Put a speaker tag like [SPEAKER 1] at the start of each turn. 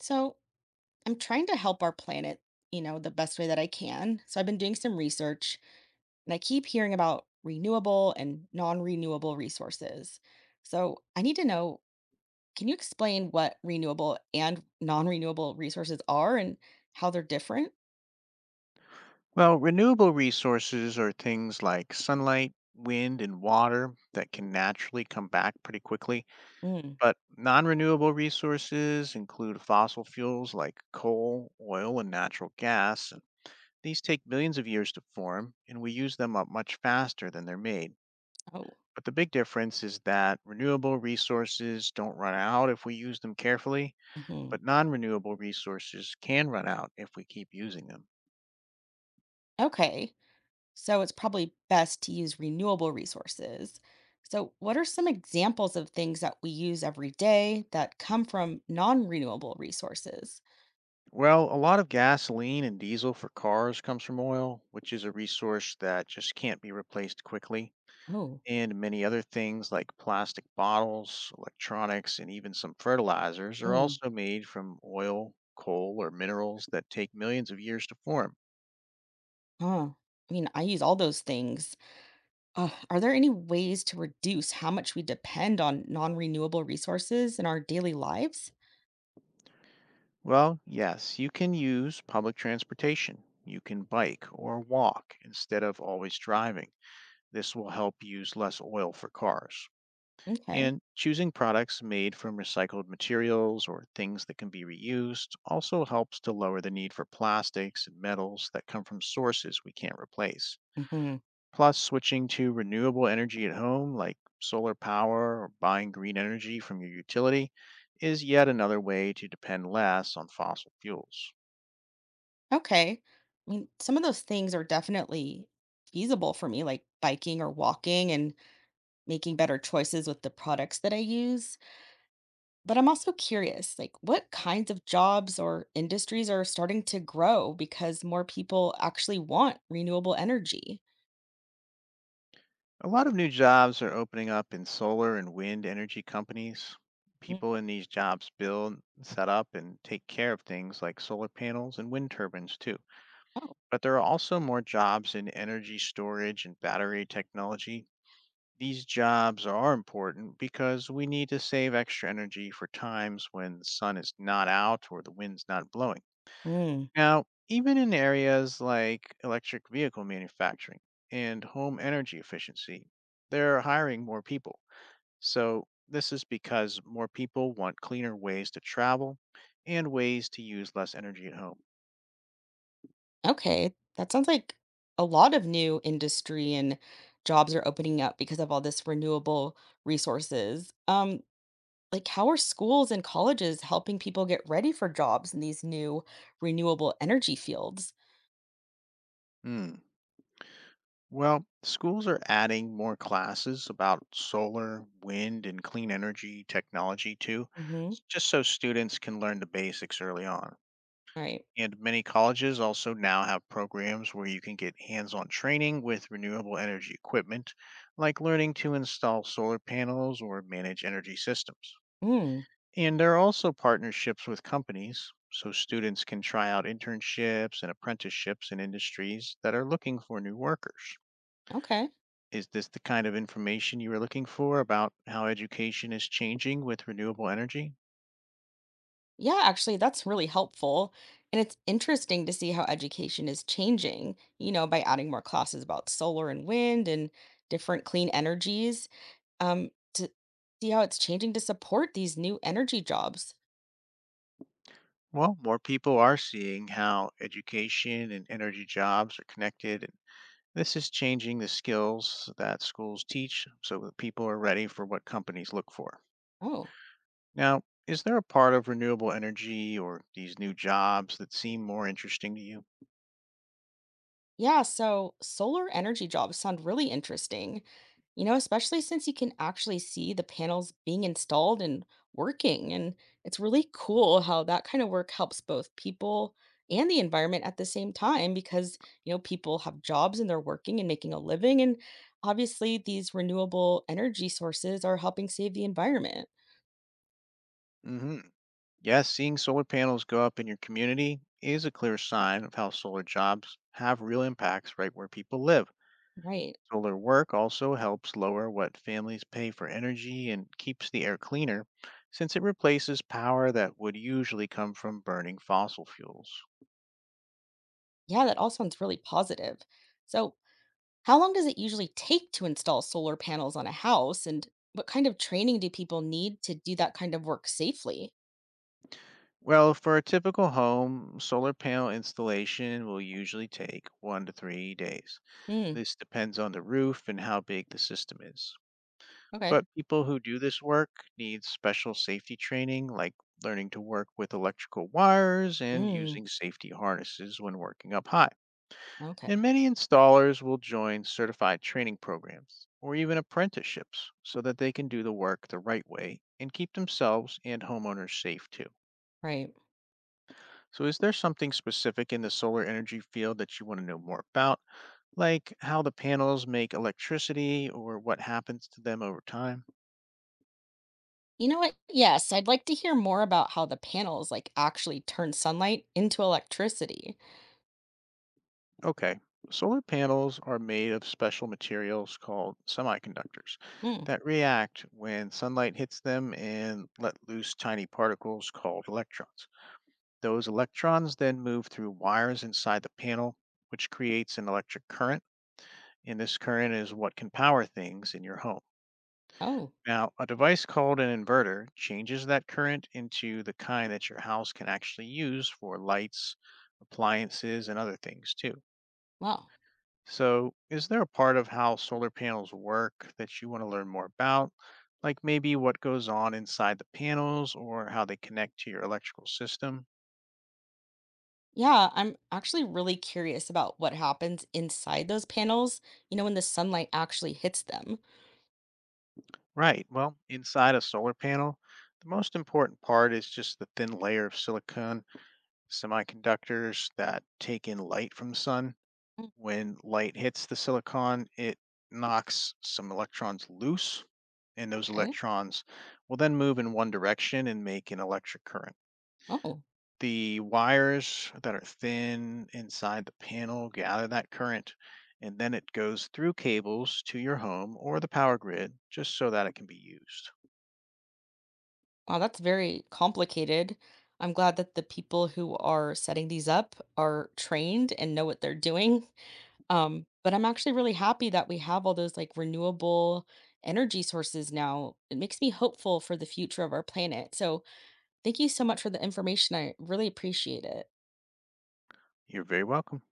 [SPEAKER 1] So I'm trying to help our planet, you know, the best way that I can. So I've been doing some research and I keep hearing about renewable and non renewable resources. So I need to know, can you explain what renewable and non renewable resources are and how they're different?
[SPEAKER 2] Well, renewable resources are things like sunlight, wind, and water that can naturally come back pretty quickly.
[SPEAKER 1] Mm.
[SPEAKER 2] But non renewable resources include fossil fuels like coal, oil, and natural gas. And these take millions of years to form, and we use them up much faster than they're made.
[SPEAKER 1] Oh,
[SPEAKER 2] But the big difference is that renewable resources don't run out if we use them carefully,
[SPEAKER 1] hmm.
[SPEAKER 2] but non renewable resources can run out if we keep using them.
[SPEAKER 1] Okay. So it's probably best to use renewable resources. So, what are some examples of things that we use every day that come from non renewable resources?
[SPEAKER 2] Well, a lot of gasoline and diesel for cars comes from oil, which is a resource that just can't be replaced quickly.
[SPEAKER 1] Oh,
[SPEAKER 2] And many other things like plastic bottles, electronics, and even some fertilizers are
[SPEAKER 1] mm,
[SPEAKER 2] also made from oil, coal, or minerals that take millions of years to form.
[SPEAKER 1] huh. I mean, I use all those things. Ugh, are there any ways to reduce how much we depend on non renewable resources in our daily lives?
[SPEAKER 2] Well, yes, you can use public transportation. You can bike or walk instead of always driving. This will help use less oil for cars.
[SPEAKER 1] Okay.
[SPEAKER 2] And choosing products made from recycled materials or things that can be reused also helps to lower the need for plastics and metals that come from sources we can't replace.
[SPEAKER 1] Hmm.
[SPEAKER 2] Plus, switching to renewable energy at home, like solar power or buying green energy from your utility, is yet another way to depend less on fossil fuels.
[SPEAKER 1] Okay. I mean, some of those things are definitely feasible for me, like biking or walking and making better choices with the products that I use. But I'm also curious, like what kinds of jobs or industries are starting to grow because more people actually want renewable energy?
[SPEAKER 2] A lot of new jobs are opening up in solar and wind energy companies.
[SPEAKER 1] Mm.
[SPEAKER 2] People in these jobs build, set up, and take care of things like solar panels and wind turbines, too.
[SPEAKER 1] Oh,
[SPEAKER 2] But there are also more jobs in energy storage and battery technology. These jobs are important because we need to save extra energy for times when the sun is not out or the wind's not blowing.
[SPEAKER 1] mm,
[SPEAKER 2] Now, even in areas like electric vehicle manufacturing and home energy efficiency, they're hiring more people. So, this is because more people want cleaner ways to travel and ways to use less energy at home.
[SPEAKER 1] okay. That sounds like a lot of new industry and jobs are opening up because of all this renewable resources. Like how are schools and colleges helping people get ready for jobs in these new renewable energy fields?
[SPEAKER 2] Hmm. Well, schools are adding more classes about solar, wind, and clean energy technology too,
[SPEAKER 1] Mhm.
[SPEAKER 2] just so students can learn the basics early on.
[SPEAKER 1] Right.
[SPEAKER 2] And many colleges also now have programs where you can get hands on training with renewable energy equipment, like learning to install solar panels or manage energy systems.
[SPEAKER 1] Mm,
[SPEAKER 2] And there are also partnerships with companies, so students can try out internships and apprenticeships in industries that are looking for new workers.
[SPEAKER 1] okay.
[SPEAKER 2] Is this the kind of information you were looking for about how education is changing with renewable energy?
[SPEAKER 1] Yeah, actually, that's really helpful. And it's interesting to see how education is changing, you know, by adding more classes about solar and wind and different clean energies to see how it's changing to support these new energy jobs.
[SPEAKER 2] Well, more people are seeing how education and energy jobs are connected. And this is changing the skills that schools teach so that people are ready for what companies look for.
[SPEAKER 1] Oh.
[SPEAKER 2] Now, is there a part of renewable energy or these new jobs that seem more interesting to you?
[SPEAKER 1] Yeah, so solar energy jobs sound really interesting, you know, especially since you can actually see the panels being installed and working. And it's really cool how that kind of work helps both people and the environment at the same time because, you know, people have jobs and they're working and making a living. And obviously, these renewable energy sources are helping save the environment.
[SPEAKER 2] hmm Yes, seeing solar panels go up in your community is a clear sign of how solar jobs have real impacts right where people live.
[SPEAKER 1] Right.
[SPEAKER 2] Solar work also helps lower what families pay for energy and keeps the air cleaner, since it replaces power that would usually come from burning fossil fuels.
[SPEAKER 1] Yeah, that all sounds really positive. So, how long does it usually take to install solar panels on a house? And what kind of training do people need to do that kind of work safely?
[SPEAKER 2] Well, for a typical home, solar panel installation will usually take 1 to 3 days.
[SPEAKER 1] Mm,
[SPEAKER 2] This depends on the roof and how big the system is.
[SPEAKER 1] okay.
[SPEAKER 2] But people who do this work need special safety training, like learning to work with electrical wires and
[SPEAKER 1] Mm,
[SPEAKER 2] using safety harnesses when working up high.
[SPEAKER 1] okay.
[SPEAKER 2] And many installers will join certified training programs or even apprenticeships so that they can do the work the right way and keep themselves and homeowners safe too.
[SPEAKER 1] Right.
[SPEAKER 2] So, is there something specific in the solar energy field that you want to know more about, like how the panels make electricity or what happens to them over time?
[SPEAKER 1] You know what? Yes, I'd like to hear more about how the panels like actually turn sunlight into electricity.
[SPEAKER 2] Okay, solar panels are made of special materials called semiconductors
[SPEAKER 1] Mm,
[SPEAKER 2] that react when sunlight hits them and let loose tiny particles called electrons. Those electrons then move through wires inside the panel, which creates an electric current, and this current is what can power things in your home.
[SPEAKER 1] oh,
[SPEAKER 2] Now, a device called an inverter changes that current into the kind that your house can actually use for lights, appliances, and other things too.
[SPEAKER 1] wow.
[SPEAKER 2] So, is there a part of how solar panels work that you want to learn more about? Like maybe what goes on inside the panels or how they connect to your electrical system?
[SPEAKER 1] Yeah, I'm actually really curious about what happens inside those panels, you know, when the sunlight actually hits them.
[SPEAKER 2] Right. Well, inside a solar panel, the most important part is just the thin layer of silicon semiconductors that take in light from the sun.
[SPEAKER 1] Mm,
[SPEAKER 2] When light hits the silicon, it knocks some electrons loose, and those
[SPEAKER 1] okay.
[SPEAKER 2] electrons will then move in one direction and make an electric current.
[SPEAKER 1] Oh.
[SPEAKER 2] The wires that are thin inside the panel gather that current, and then it goes through cables to your home or the power grid just so that it can be used.
[SPEAKER 1] Wow, that's very complicated. I'm glad that the people who are setting these up are trained and know what they're doing. But I'm actually really happy that we have all those like renewable energy sources now. It makes me hopeful for the future of our planet. So thank you so much for the information. I really appreciate it.
[SPEAKER 2] You're very welcome.